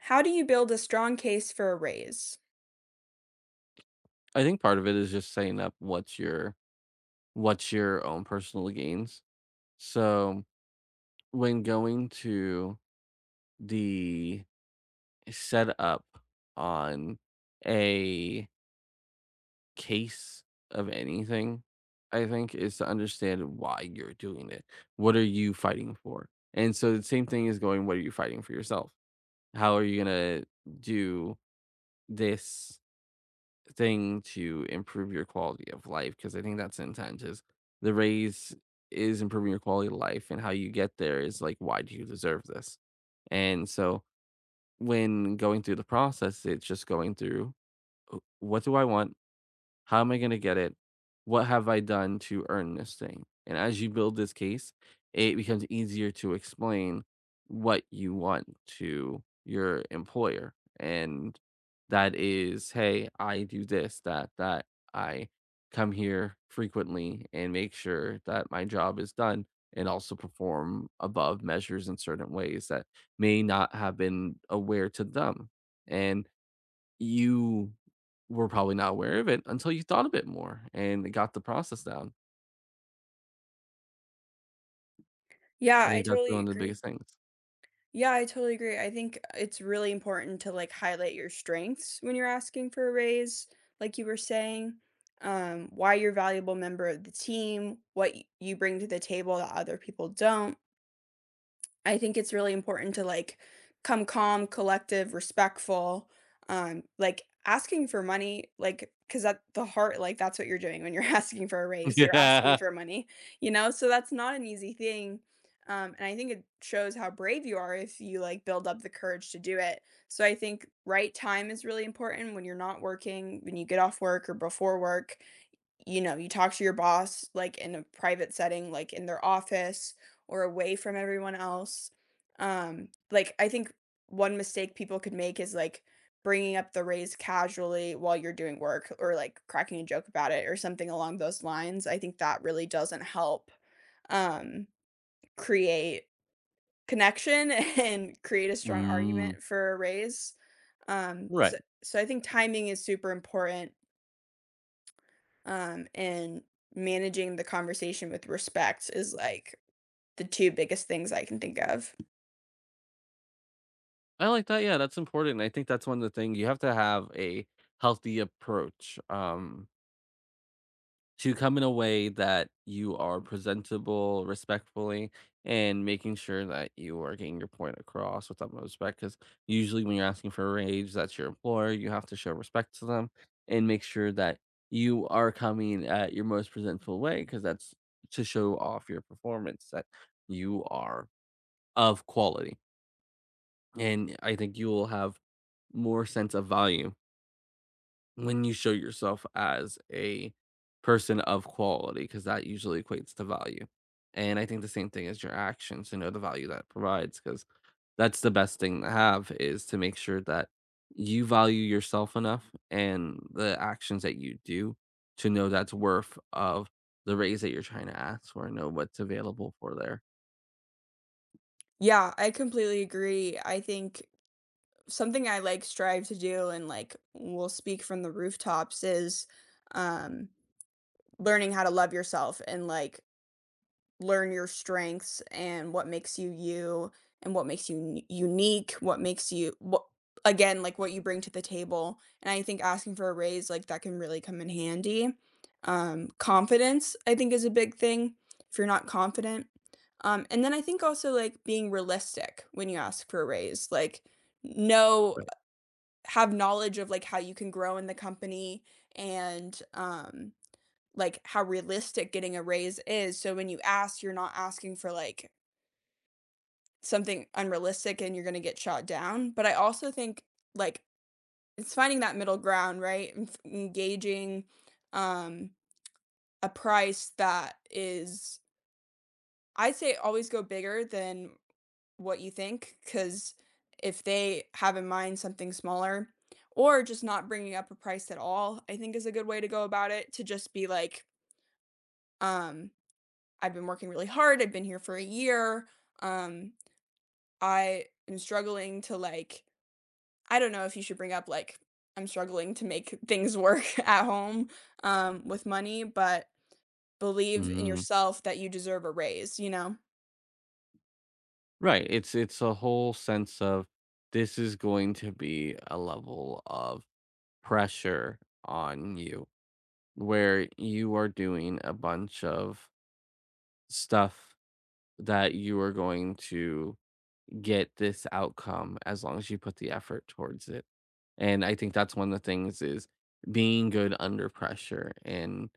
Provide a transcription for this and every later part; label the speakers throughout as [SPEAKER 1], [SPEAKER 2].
[SPEAKER 1] How do you build a strong case for a raise?
[SPEAKER 2] I think part of it is just setting up what's your own personal gains. So when going to the setup on a case of anything, I think is to understand why you're doing it. What are you fighting for? And so the same thing is going, what are you fighting for yourself? How are you gonna do this thing to improve your quality of life, because I think that's intent is the raise is improving your quality of life, and how you get there is like why do you deserve this? And so when going through the process, it's just going through, "Oh, what do I want? How am I gonna get it? What have I done to earn this thing?" And as you build this case, it becomes easier to explain what you want to your employer. And that is, hey, I do this, that. I come here frequently and make sure that my job is done, and also perform above measures in certain ways that may not have been aware to them. And you were probably not aware of it until you thought a bit more and got the process down.
[SPEAKER 1] Yeah,
[SPEAKER 2] I
[SPEAKER 1] I
[SPEAKER 2] think that's
[SPEAKER 1] totally
[SPEAKER 2] one of the
[SPEAKER 1] agree.
[SPEAKER 2] biggest things.
[SPEAKER 1] Yeah, I totally agree. I think it's really important to like highlight your strengths when you're asking for a raise, like you were saying, why you're a valuable member of the team, you bring to the table that other people don't. I think it's really important to like come calm, collective, respectful. Like asking for money, like because at the heart, like that's what you're doing when you're asking for a raise. You're asking
[SPEAKER 2] Yeah.
[SPEAKER 1] for money, So that's not an easy thing. And I think it shows how brave you are if you like build up the courage to do it. So I think right time is really important when you're not working, when you get off work or before work you know, you talk to your boss, like, in a private setting, like, in their office or away from everyone else. Like, I think one mistake people could make is, like, bringing up the raise casually while you're doing work or, like, cracking a joke about it or something along those lines. I think that really doesn't help, um, create connection and create a strong
[SPEAKER 2] Mm,
[SPEAKER 1] argument for a raise. Um, so
[SPEAKER 2] right.
[SPEAKER 1] so I think timing is super important, and managing the conversation with respect is like the two biggest things I can think of.
[SPEAKER 2] I like that, yeah, that's important. I think that's one of the things you have to have, a healthy approach, to come in a way that you are presentable respectfully, and making sure that you are getting your point across with utmost respect. Because usually when you're asking for a raise, that's your employer, you have to show respect to them, and make sure that you are coming at your most presentable way. Because that's to show off your performance, that you are of quality, and I think you will have more sense of value when you show yourself as a person of quality, because that usually equates to value. And I think the same thing is your actions, to know the value that provides, because that's the best thing to have, is to make sure that you value yourself enough, and the actions that you do, to know that's worth of the raise that you're trying to ask for, and know what's available for there.
[SPEAKER 1] Yeah, I completely agree. I think something I like strive to do and like will speak from the rooftops is um, learning how to love yourself and like learn your strengths and what makes you you and what makes you unique, what makes you what again like what you bring to the table. And I think asking for a raise like that can really come in handy. Confidence I think is a big thing if you're not confident. And then I think also like being realistic when you ask for a raise, like know
[SPEAKER 2] Right.
[SPEAKER 1] have knowledge of like how you can grow in the company and like how realistic getting a raise is. So when you ask, you're not asking for like something unrealistic and you're going to get shot down. But I also think like it's finding that middle ground, right? And engaging um a price that is I'd say always go bigger than what you think cuz if they have in mind something smaller or just not bringing up a price at all, I think is a good way to go about it to just be like um I've been working really hard. I've been here for a year. Um, I am struggling to like, I don't know if you should bring up like, I'm struggling to make things work at home, with money, but believe in
[SPEAKER 2] Mm,
[SPEAKER 1] yourself that you deserve a raise, you know?
[SPEAKER 2] right, it's a whole sense of, this is going to be a level of pressure on you where you are doing a bunch of stuff that you are going to get this outcome as long as you put the effort towards it. And I think that's one of the things, is being good under pressure. And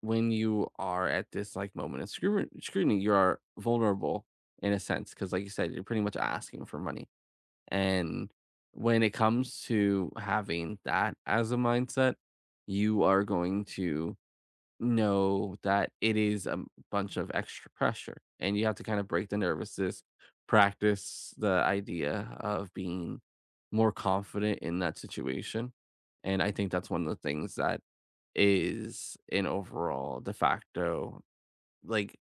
[SPEAKER 2] when you are at this like moment of scrutiny, you are vulnerable in a sense. Cause like you said, you're pretty much asking for money, and when it comes to having that as a mindset, you are going to know that it is a bunch of extra pressure, and you have to kind of break the nervousness, practice the idea of being more confident in that situation. And I think that's one of the things that is an overall de facto like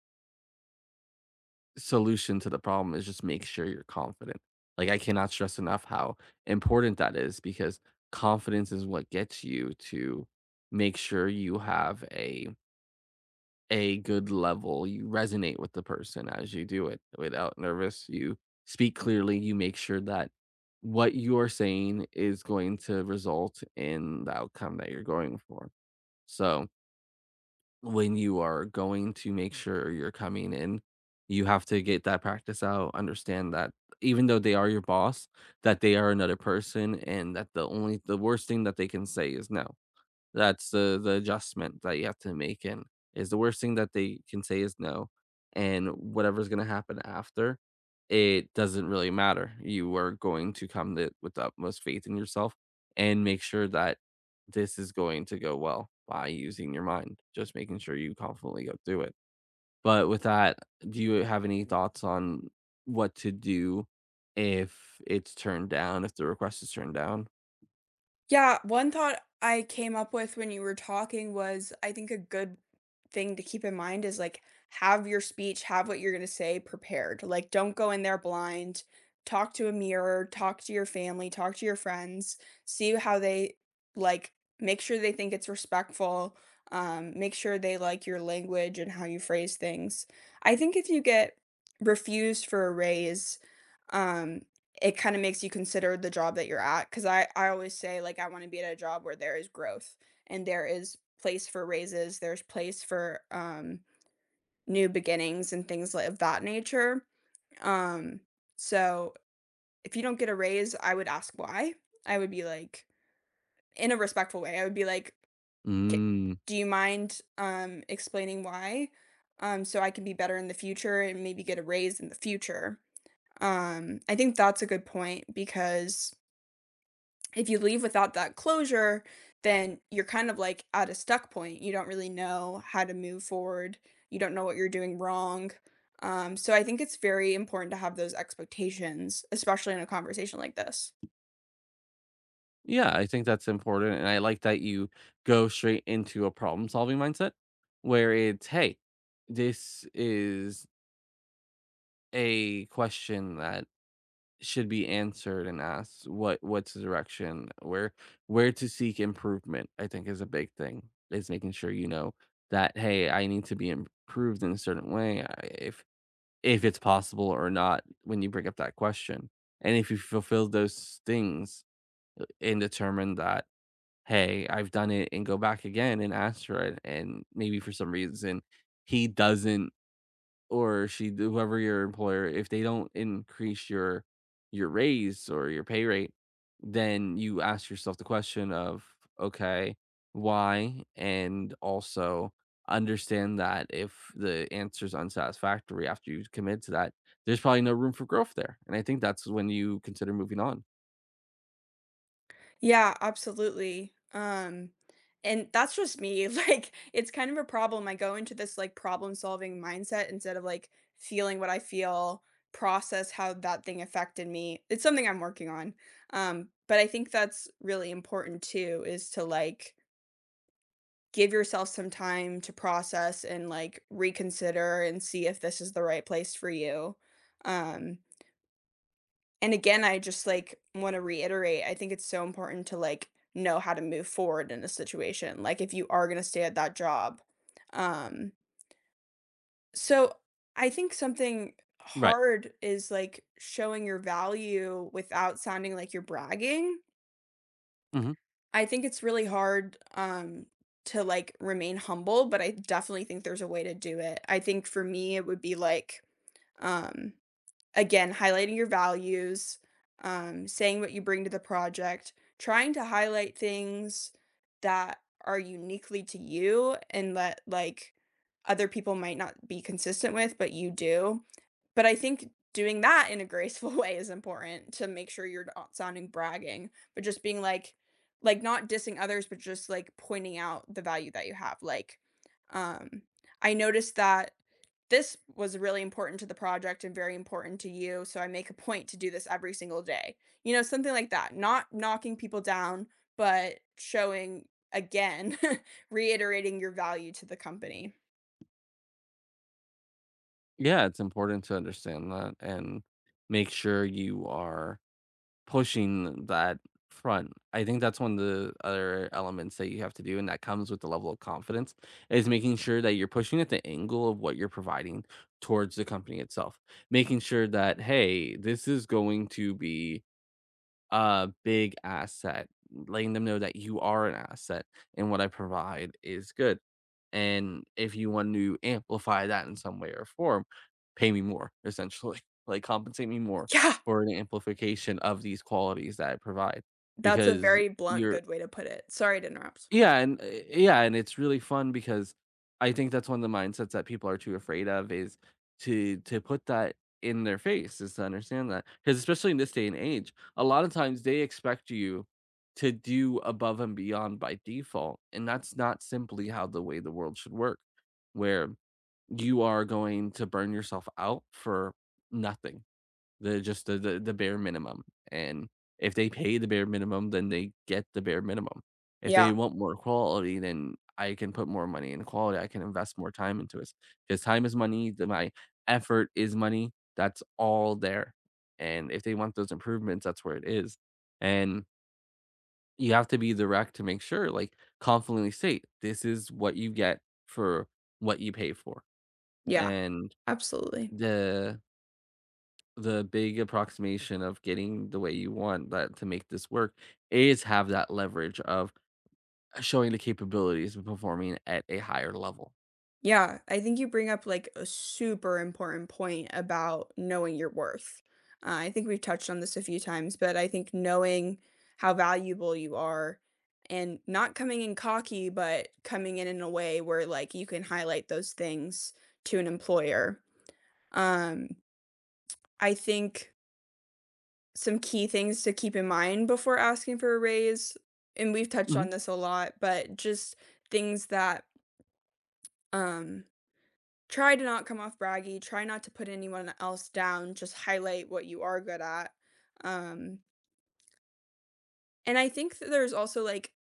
[SPEAKER 2] solution to the problem, is just make sure you're confident. Like I cannot stress enough how important that is, because confidence is what gets you to make sure you have a good level. You resonate with the person as you do it without nervous. You speak clearly, you make sure that what you are saying is going to result in the outcome that you're going for. So when you are going to make sure you're coming in, you have to get that practice out, understand that even though they are your boss, that they are another person, and that the only the worst thing that they can say is no. That's the adjustment that you have to make in, is the worst thing that they can say is no, and whatever's gonna happen after, it doesn't really matter. You are going to come to it with the utmost faith in yourself, and make sure that this is going to go well by using your mind, just making sure you confidently go through it. But with that, do you have any thoughts on what to do if it's turned down, if the request is turned down?
[SPEAKER 1] Yeah, one thought I came up with when you were talking was I think a good thing to keep in mind is like have your speech, have what you're going to say prepared. Like don't go in there blind. Talk to a mirror, talk to your family, talk to your friends, see how they like make sure they think it's respectful. Make sure they like your language and how you phrase things. I think if you get refused for a raise, um, it kinda makes you consider the job that you're at, because I always say, like, I wanna be at a job where there is growth and there is place for raises, there's place for, new beginnings and things li of that nature. Um, so if you don't get a raise, I would ask why. I would be like in a respectful way, I would be like, "K
[SPEAKER 2] Mm.
[SPEAKER 1] do you mind, explaining why? So I can be better in the future and maybe get a raise in the future." I think that's a good point because if you leave without that closure, then you're kind of like at a stuck point. You don't really know how to move forward. You don't know what you're doing wrong. So I think it's very important to have those expectations, especially in a conversation like this.
[SPEAKER 2] Yeah, I think that's important. And I like that you go straight into a problem solving mindset where it's, hey, this is a question that should be answered, and asked what's the direction, where to seek improvement, I think is a big thing, is making sure you know that, hey, I need to be improved in a certain way, if it's possible or not when you bring up that question. And if you fulfill those things and determine that, "Hey, I've done it," and go back again and ask for it, and maybe for some reason he doesn't, or she, whoever your employer, if they don't increase your raise or your pay rate, then you ask yourself the question of, "Okay, why?" And also understand that if the answer is unsatisfactory after you commit to that, there's probably no room for growth there, and I think that's when you consider moving on.
[SPEAKER 1] Yeah, absolutely. And that's just me. Like, it's kind of a problem. I go into this like problem solving mindset instead of like feeling what I feel, process how that thing affected me. It's something I'm working on. But I think that's really important too, is to like give yourself some time to process and like reconsider and see if this is the right place for you. Um, and again, I just like want to reiterate, I think it's so important to like know how to move forward in a situation. Like if you are going to stay at that job. Um so I think something
[SPEAKER 2] Right.
[SPEAKER 1] hard is like showing your value without sounding like you're bragging.
[SPEAKER 2] Mhm.
[SPEAKER 1] I think it's really hard to like remain humble, but I definitely think there's a way to do it. I think for me it would be like um again, highlighting your values, saying what you bring to the project, trying to highlight things that are uniquely to you and that like other people might not be consistent with, but you do. But I think doing that in a graceful way is important to make sure you're not sounding bragging, but just being like, not dissing others, but just, like, pointing out the value that you have, like, um, "I noticed that this was really important to the project and very important to you, so I make a point to do this every single day." You know, something like that, not knocking people down, but showing again, reiterating your value to the company.
[SPEAKER 2] Yeah, it's important to understand that, and make sure you are pushing that front. I think that's one of the other elements that you have to do, and that comes with the level of confidence, is making sure that you're pushing at the angle of what you're providing towards the company itself. Making sure that, hey, this is going to be a big asset, letting them know that you are an asset and what I provide is good. And if you want to amplify that in some way or form, pay me more, essentially. Like, compensate me more
[SPEAKER 1] Yeah,
[SPEAKER 2] for an amplification of these qualities that I provide,
[SPEAKER 1] that's a
[SPEAKER 2] because
[SPEAKER 1] very blunt,
[SPEAKER 2] you're,
[SPEAKER 1] good way to put it. Sorry to interrupt.
[SPEAKER 2] yeah, and eh, yeah, and it's really fun, because I think that's one of the mindsets that people are too afraid of, is to put that in their face, is to understand that, because especially in this day and age, a lot of times they expect you to do above and beyond by default, and that's not simply how the way the world should work, where you are going to burn yourself out for nothing. The just the bare minimum, and if they pay the bare minimum, then they get the bare minimum. If they
[SPEAKER 1] Yeah,
[SPEAKER 2] want more quality, then I can put more money in quality, I can invest more time into it, because time is money, then my effort is money, that's all there, and if they want those improvements, that's where it is. And you have to be direct, to make sure, like, confidently state, "This is what you get for what you pay for,"
[SPEAKER 1] yeah,
[SPEAKER 2] and
[SPEAKER 1] absolutely.
[SPEAKER 2] the big approximation of getting the way you want that to make this work, is have that leverage of showing the capabilities of performing at a higher level.
[SPEAKER 1] Yeah, I think you bring up like a super important point about knowing your worth. I think we've touched on this a few times, but I think knowing how valuable you are and not coming in cocky, but coming in a way where like you can highlight those things to an employer. Um, I think some key things to keep in mind before asking for a raise, and we've touched
[SPEAKER 2] Hmm.
[SPEAKER 1] on this a lot, but just things that um try to not come off braggy, try not to put anyone else down, just highlight what you are good at, um, and I think that there's also, like,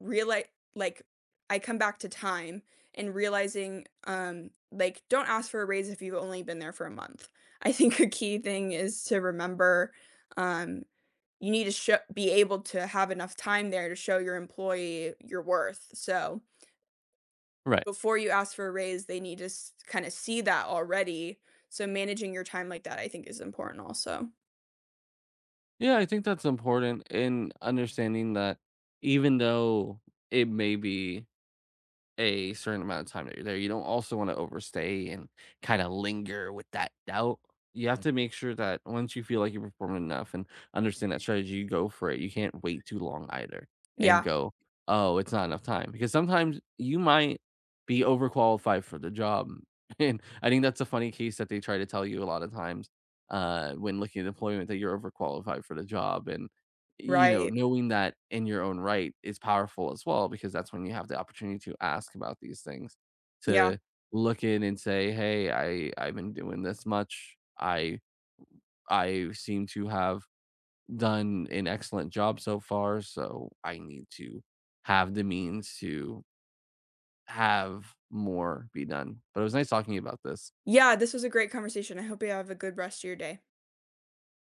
[SPEAKER 1] realize, like, I come back to time and realizing, like, don't ask for a raise if you've only been there for a month. I think a key thing is to remember, um, you need to sho be able to have enough time there to show your employee your worth, so
[SPEAKER 2] Right.
[SPEAKER 1] before you ask for a raise, they need to kinda see that already, so managing your time like that, I think, is important also.
[SPEAKER 2] Yeah, I think that's important in understanding that, even though it may be a certain amount of time that you're there, you don't also want to overstay and kind of linger with that doubt. You have Mm. to make sure that once you feel like you're performing enough and understand that strategy, you go for it. You can't wait too long either and
[SPEAKER 1] Yeah,
[SPEAKER 2] go, oh, it's not enough time. Because sometimes you might be overqualified for the job. And I think that's a funny case that they try to tell you a lot of times, when looking at employment, that you're overqualified for the job. And you know,
[SPEAKER 1] right.
[SPEAKER 2] knowing that in your own right is powerful as well, because that's when you have the opportunity to ask about these things,
[SPEAKER 1] Yeah.
[SPEAKER 2] to look in and say, "Hey, I've been doing this much. I seem to have done an excellent job so far, so I need to have the means to have more be done." But it was nice talking to you about this.
[SPEAKER 1] Yeah, this was a great conversation. I hope you have a good rest of your day.